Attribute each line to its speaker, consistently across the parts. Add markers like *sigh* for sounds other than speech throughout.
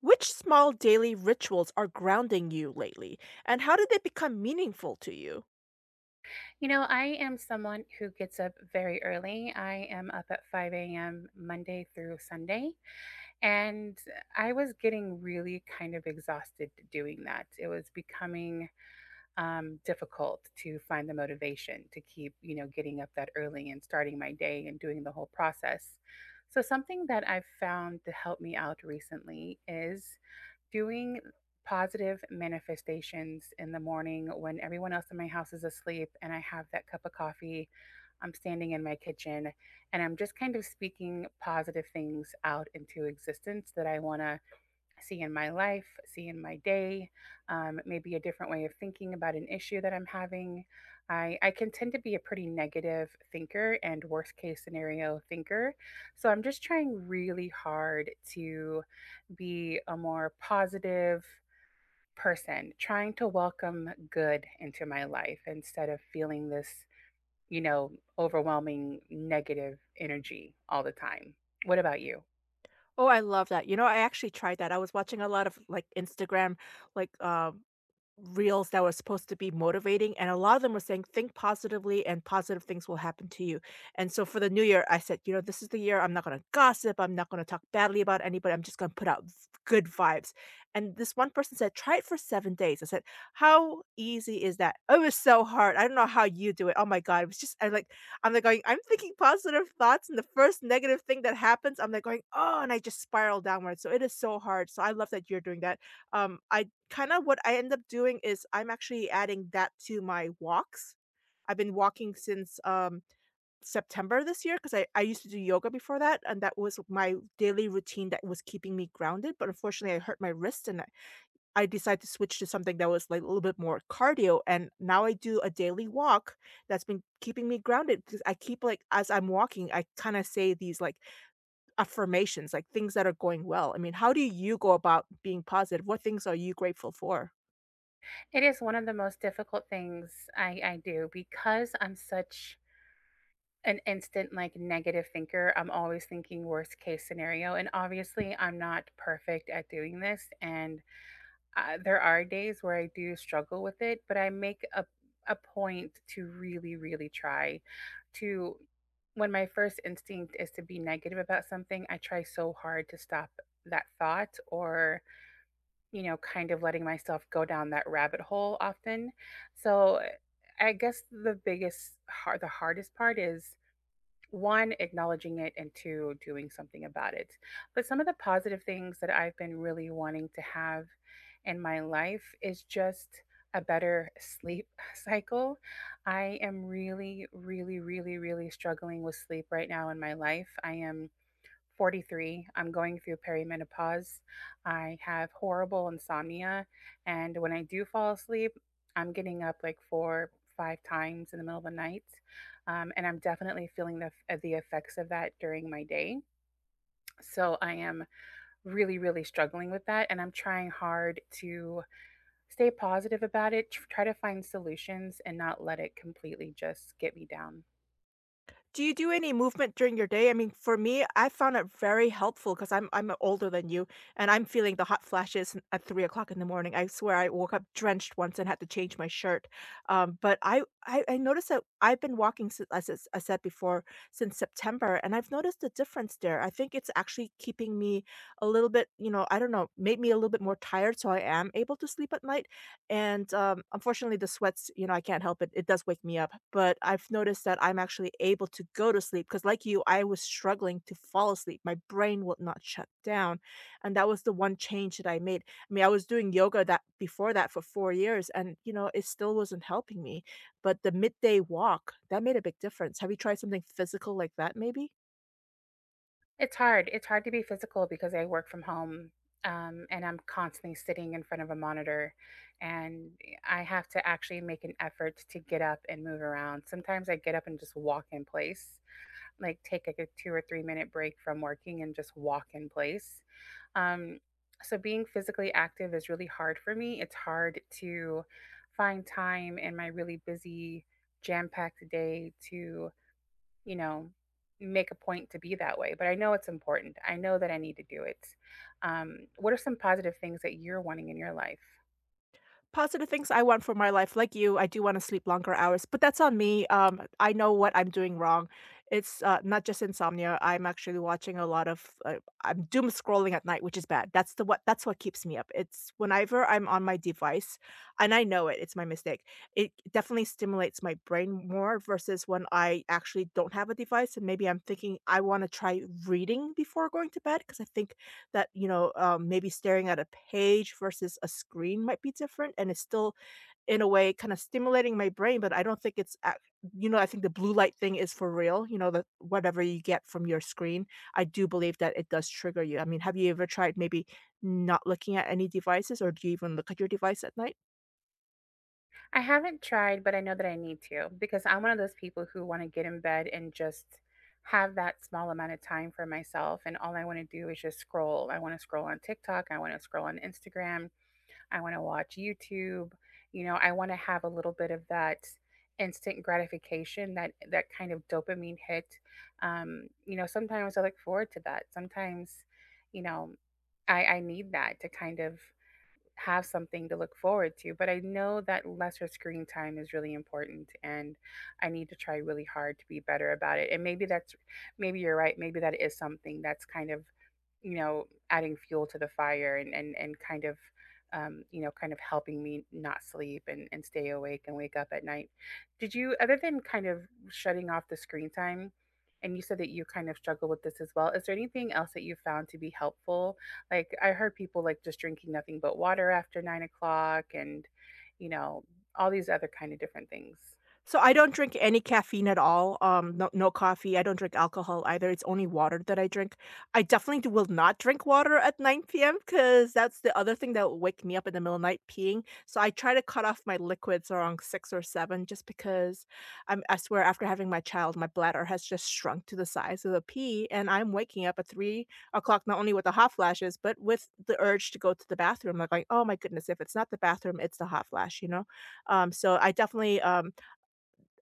Speaker 1: Which small daily rituals are grounding you lately, and how did they become meaningful to you?
Speaker 2: You know, I am someone who gets up very early. I am up at 5 a.m. Monday through Sunday. And I was getting really kind of exhausted doing that. It was becoming difficult to find the motivation to keep, you know, getting up that early and starting my day and doing the whole process. So, something that I've found to help me out recently is doing positive manifestations in the morning when everyone else in my house is asleep and I have that cup of coffee. I'm standing in my kitchen and I'm just kind of speaking positive things out into existence that I want to see in my life, see in my day, maybe a different way of thinking about an issue that I'm having. I can tend to be a pretty negative thinker and worst case scenario thinker. So I'm just trying really hard to be a more positive person, trying to welcome good into my life instead of feeling this, you know, overwhelming negative energy all the time. What about you?
Speaker 1: Oh, I love that. You know, I actually tried that. I was watching a lot of like Instagram, like reels that were supposed to be motivating, and a lot of them were saying, "Think positively, and positive things will happen to you." And so for the new year, I said, "You know, this is the year. I'm not going to gossip. I'm not going to talk badly about anybody. I'm just going to put out good vibes." And this one person said, "Try it for 7 days." I said, "How easy is that?" It was so hard. I don't know how you do it. Oh my god, it was just I like I'm like going, I'm thinking positive thoughts, and the first negative thing that happens, I'm like going, oh, and I just spiral downwards. So it is so hard. So I love that you're doing that. I kind of what I end up doing is I'm actually adding that to my walks. I've been walking since September this year because I used to do yoga before that, and that was my daily routine that was keeping me grounded. But unfortunately, I hurt my wrist and I decided to switch to something that was like a little bit more cardio, and now I do a daily walk that's been keeping me grounded because I keep like as I'm walking, I kind of say these like affirmations, like things that are going well. I mean, how do you go about being positive? What things are you grateful for?
Speaker 2: It is one of the most difficult things I do because I'm such an instant like negative thinker. I'm always thinking worst case scenario. And obviously, I'm not perfect at doing this. And there are days where I do struggle with it, but I make a point to really, really try to when my first instinct is to be negative about something, I try so hard to stop that thought or, you know, kind of letting myself go down that rabbit hole often. So I guess the biggest hard the hardest part is one, acknowledging it, and two, doing something about it. But some of the positive things that I've been really wanting to have in my life is just a better sleep *laughs* cycle. I am really, really, really, really struggling with sleep right now in my life. I am 43. I'm going through perimenopause. I have horrible insomnia. And when I do fall asleep, I'm getting up like four, five times in the middle of the night. And I'm definitely feeling the effects of that during my day. So I am really, really struggling with that. And I'm trying hard to stay positive about it, try to find solutions and not let it completely just get me down.
Speaker 1: Do you do any movement during your day? I mean, for me, I found it very helpful because I'm older than you, and I'm feeling the hot flashes at 3 o'clock in the morning. I swear, I woke up drenched once and had to change my shirt. But I, I noticed that I've been walking as I I said before since September, and I've noticed a difference there. I think it's actually keeping me a little bit, you know, I don't know, made me a little bit more tired, so I am able to sleep at night. And, unfortunately, the sweats, you know, I can't help it. It does wake me up. But I've noticed that I'm actually able to go to sleep because, like you, I was struggling to fall asleep. My brain would not shut down. And that was the one change that I made. I mean, I was doing yoga that before that for 4 years, and, you know, it still wasn't helping me. But the midday walk, that made a big difference. Have you tried something physical like that, maybe?
Speaker 2: It's hard. It's hard to be physical because I work from home, and I'm constantly sitting in front of a monitor, and I have to actually make an effort to get up and move around. Sometimes I get up and just walk in place, like take like a 2 or 3 minute break from working and just walk in place. Um, so being physically active is really hard for me. It's hard to find time in my really busy, jam-packed day to, you know, make a point to be that way, but I know it's important. I know that I need to do it. What are some positive things that you're wanting in your life?
Speaker 1: Positive things I want for my life, like you, I do wanna sleep longer hours, but that's on me, I know what I'm doing wrong. It's, not just insomnia, I'm actually watching a lot of, I'm doom scrolling at night, which is bad. That's what keeps me up. It's whenever I'm on my device, and I know it, it's my mistake, it definitely stimulates my brain more versus when I actually don't have a device, and maybe I'm thinking I wanna try reading before going to bed because I think that, you know, maybe staring at a page versus a screen might be different, and it's still, in a way, kind of stimulating my brain, but I don't think it's ac you know, I think the blue light thing is for real, you know, that whatever you get from your screen, I do believe that it does trigger you. I mean, have you ever tried maybe not looking at any devices, or do you even look at your device at night?
Speaker 2: I haven't tried, but I know that I need to because I'm one of those people who want to get in bed and just have that small amount of time for myself. And all I want to do is just scroll. I want to scroll on TikTok. I want to scroll on Instagram. I wanna watch YouTube. You know, I wanna have a little bit of that instant gratification, that kind of dopamine hit. You know, sometimes I look forward to that, sometimes, you know, I need that to kind of have something to look forward to. But I know that lesser screen time is really important and I need to try really hard to be better about it. And maybe you're right. Maybe that is something that's kind of, you know, adding fuel to the fire, and kind of, you know, kind of helping me not sleep and stay awake and wake up at night. Other than kind of shutting off the screen time, and you said that you kind of struggle with this as well. Is there anything else that you found to be helpful, like, I heard people like just drinking nothing but water after 9 o'clock and, you know, all these other kind of different things.
Speaker 1: So I don't drink any caffeine at all. No, no coffee. I don't drink alcohol either. It's only water that I drink. I definitely will not drink water at 9 p.m. because that's the other thing that will wake me up in the middle of the night peeing. So I try to cut off my liquids around six or seven, just because I swear, after having my child, my bladder has just shrunk to the size of a pea, and I'm waking up at 3 o'clock not only with the hot flashes, but with the urge to go to the bathroom. Like, oh my goodness, if it's not the bathroom, it's the hot flash. You know. So I definitely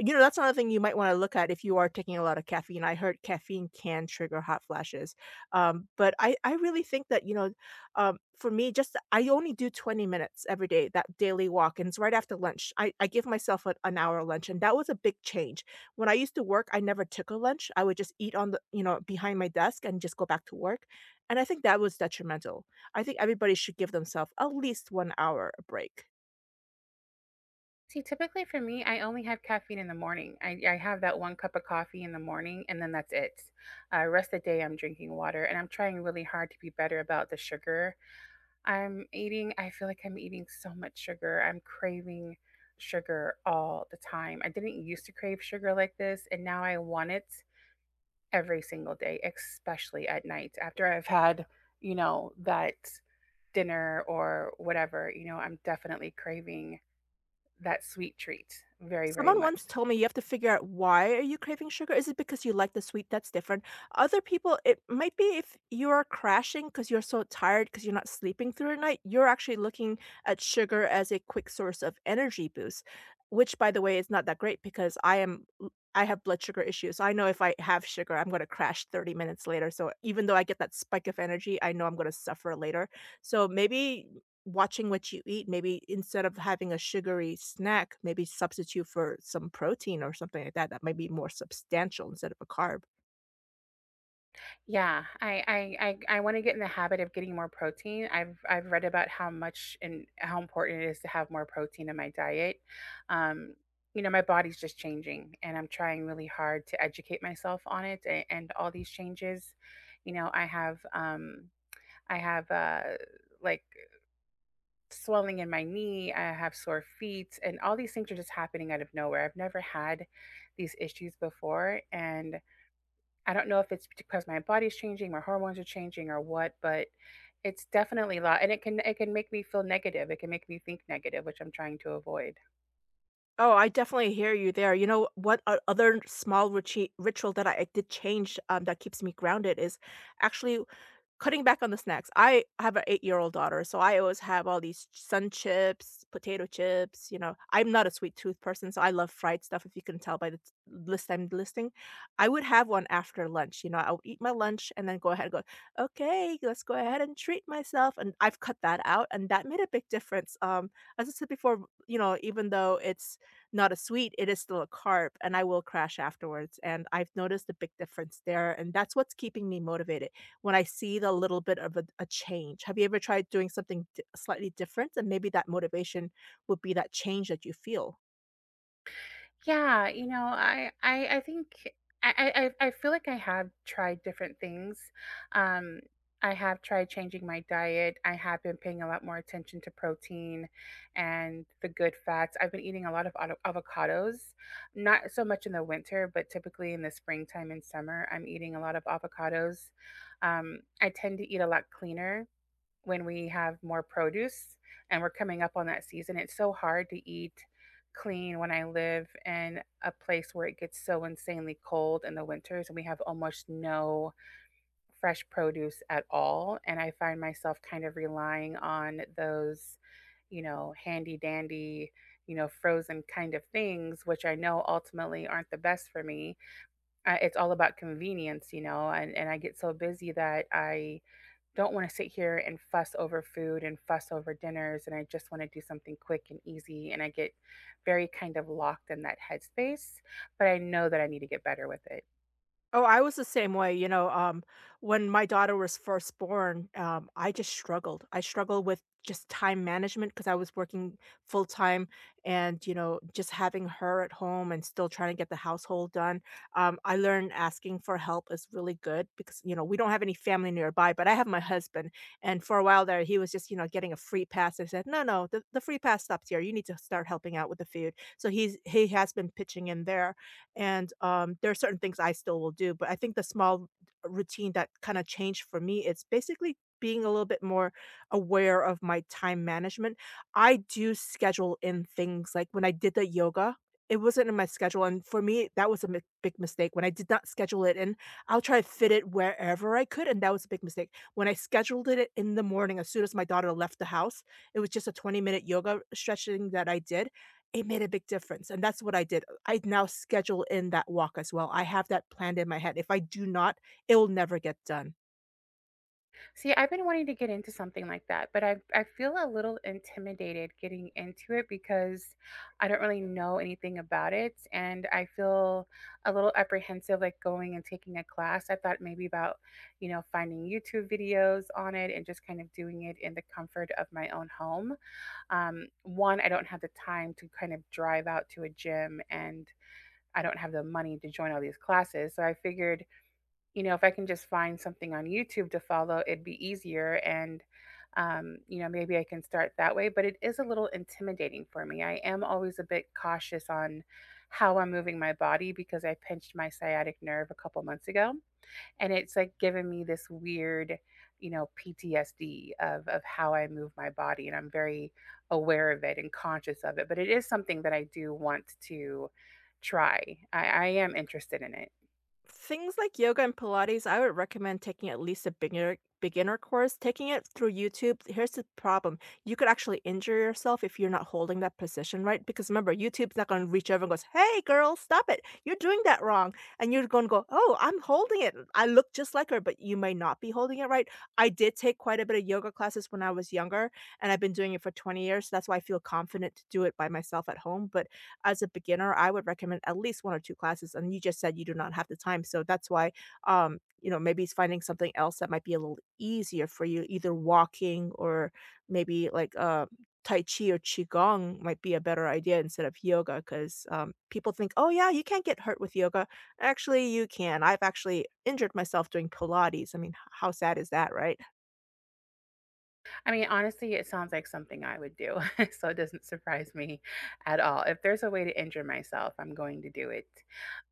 Speaker 1: you know, that's another thing you might wanna look at if you are taking a lot of caffeine. I heard caffeine can trigger hot flashes, but I really think that, you know, for me, just I only do 20 minutes every day, that daily walk, and it's right after lunch. I give myself an hour lunch, and that was a big change. When I used to work, I never took a lunch. I would just eat on the you know, behind my desk and just go back to work, and I think that was detrimental. I think everybody should give themselves at least 1 hour a break.
Speaker 2: See, typically for me, I only have caffeine in the morning. I have that one cup of coffee in the morning and then that's it. Rest of the day, I'm drinking water and I'm trying really hard to be better about the sugar I'm eating. I feel like I'm eating so much sugar. I'm craving sugar all the time. I didn't used to crave sugar like this and now I want it every single day, especially at night after I've had, you know, that dinner or whatever. You know, I'm definitely craving that sweet treat very, very
Speaker 1: Someone
Speaker 2: much
Speaker 1: once told
Speaker 2: so.
Speaker 1: me you have to figure out why are you craving sugar? Is it because you like the sweet? That's different. Other people, it might be if you're crashing because you're so tired because you're not sleeping through the night, you're actually looking at sugar as a quick source of energy boost, which by the way is not that great because I have blood sugar issues. I know if I have sugar, I'm going to crash 30 minutes later. So even though I get that spike of energy, I know I'm going to suffer later. So maybe watching what you eat, maybe instead of having a sugary snack, maybe substitute for some protein or something like that that might be more substantial instead of a carb.
Speaker 2: Yeah, I want to get in the habit of getting more protein. I've read about how much and how important it is to have more protein in my diet. Um, you know, my body's just changing and I'm trying really hard to educate myself on it and all these changes. You know, I have like swelling in my knee, I have sore feet, and all these things are just happening out of nowhere. I've never had these issues before, and I don't know if it's because my body's changing, my hormones are changing, or what, but it's definitely a lot, and it can make me feel negative. It can make me think negative, which I'm trying to avoid.
Speaker 1: Oh, I definitely hear you there. You know what? Other small ritual that I did change that keeps me grounded is actually cutting back on the snacks. I have an eight-year-old daughter, so I always have all these sun chips, potato chips, you know. I'm not a sweet tooth person, so I love fried stuff, if you can tell by the t list I'm listing. I would have one after lunch, you know, I would eat my lunch and then go ahead and go, "Okay, let's go ahead and treat myself," and I've cut that out, and that made a big difference. As I said before, you know, even though it's not a sweet, it is still a carb, and I will crash afterwards, and I've noticed a big difference there, and that's what's keeping me motivated when I see the little bit of a change. Have you ever tried doing something slightly different? And maybe that motivation would be that change that you feel.
Speaker 2: Yeah, you know, I think I feel like I have tried different things. Um I have tried changing my diet. I have been paying a lot more attention to protein and the good fats. I've been eating a lot of avocados, not so much in the winter, but typically in the springtime and summer, I'm eating a lot of avocados. I tend to eat a lot cleaner when we have more produce and we're coming up on that season. It's so hard to eat clean when I live in a place where it gets so insanely cold in the winters and we have almost no fresh produce at all. And I find myself kind of relying on those, you know, handy dandy, you know, frozen kind of things, which I know ultimately aren't the best for me. It's all about convenience, you know, and I get so busy that I don't want to sit here and fuss over food and fuss over dinners and I just want to do something quick and easy and I get very kind of locked in that headspace, but I know that I need to get better with it.
Speaker 1: Oh, I was the same way, you know, when my daughter was first born, I just struggled. I struggled with just time management because I was working full time and, you know, just having her at home and still trying to get the household done. I learned asking for help is really good because, you know, we don't have any family nearby, but I have my husband. And for a while there, he was just, you know, getting a free pass. I said, no, no, the free pass stops here. You need to start helping out with the food. So he has been pitching in there and, there are certain things I still will do, but I think the small routine that kinda changed for me is basically being a little bit more aware of my time management. I do schedule in things, like, when I did the yoga, it wasn't in my schedule, and for me, that was a mi big mistake. When I did not schedule it in, I'll try to fit it wherever I could, and that was a big mistake. When I scheduled it in the morning, as soon as my daughter left the house, it was just a 20-minute yoga stretching that I did, it made a big difference, and that's what I did. I now schedule in that walk as well. I have that planned in my head. If I do not, it will never get done.
Speaker 2: See, I've been wanting to get into something like that, but I feel a little intimidated getting into it because I don't really know anything about it and I feel a little apprehensive like going and taking a class. I thought maybe about, you know, finding YouTube videos on it and just kind of doing it in the comfort of my own home. One, I don't have the time to kind of drive out to a gym and I don't have the money to join all these classes. So I figured, you know, if I can just find something on YouTube to follow, it'd be easier. And, you know, maybe I can start that way. But it is a little intimidating for me. I am always a bit cautious on how I'm moving my body because I pinched my sciatic nerve a couple months ago. And it's like given me this weird, you know, PTSD of how I move my body, and I'm very aware of it and conscious of it. But it is something that I do want to try. I am interested in it.
Speaker 1: Things like yoga and Pilates, I would recommend taking at least a beginner course. Taking it through YouTube, here's the problem. You could actually injure yourself if you're not holding that position right. Because remember, YouTube's not going to reach over and goes, "Hey girl, stop it. You're doing that wrong." And you're going to go, "Oh, I'm holding it. I look just like her," but you may not be holding it right. I did take quite a bit of yoga classes when I was younger, and I've been doing it for 20 years. So that's why I feel confident to do it by myself at home. But as a beginner, I would recommend at least 1 or 2 classes, and you just said you do not have the time, so that's why, you know, maybe it's finding something else that might be a little easier for you, either walking or maybe, like, tai chi or qigong might be a better idea instead of yoga 'cause, people think, "Oh, yeah, you can't get hurt with yoga." Actually, you can. I've actually injured myself doing Pilates. I mean, h how sad is that, right?
Speaker 2: I mean, honestly, it sounds like something I would do, *laughs* so it doesn't surprise me at all. If there's a way to injure myself, I'm going to do it.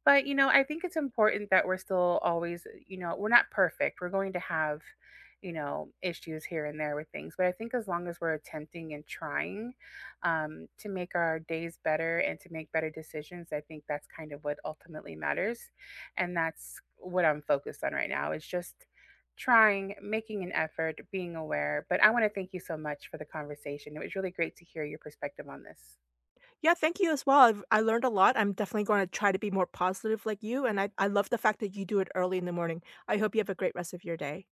Speaker 2: But, you know, I think it's important that we're still always, you know, we're not perfect. We're going to have, you know, issues here and there with things. But I think as long as we're attempting and trying to make our days better and to make better decisions, I think that's kind of what ultimately matters. And that's what I'm focused on right now is just trying, making an effort, being aware. But I want to thank you so much for the conversation. It was really great to hear your perspective on this.
Speaker 1: Yeah, thank you as well. I learned a lot. I'm definitely gonna try to be more positive like you, and I love the fact that you do it early in the morning. I hope you have a great rest of your day.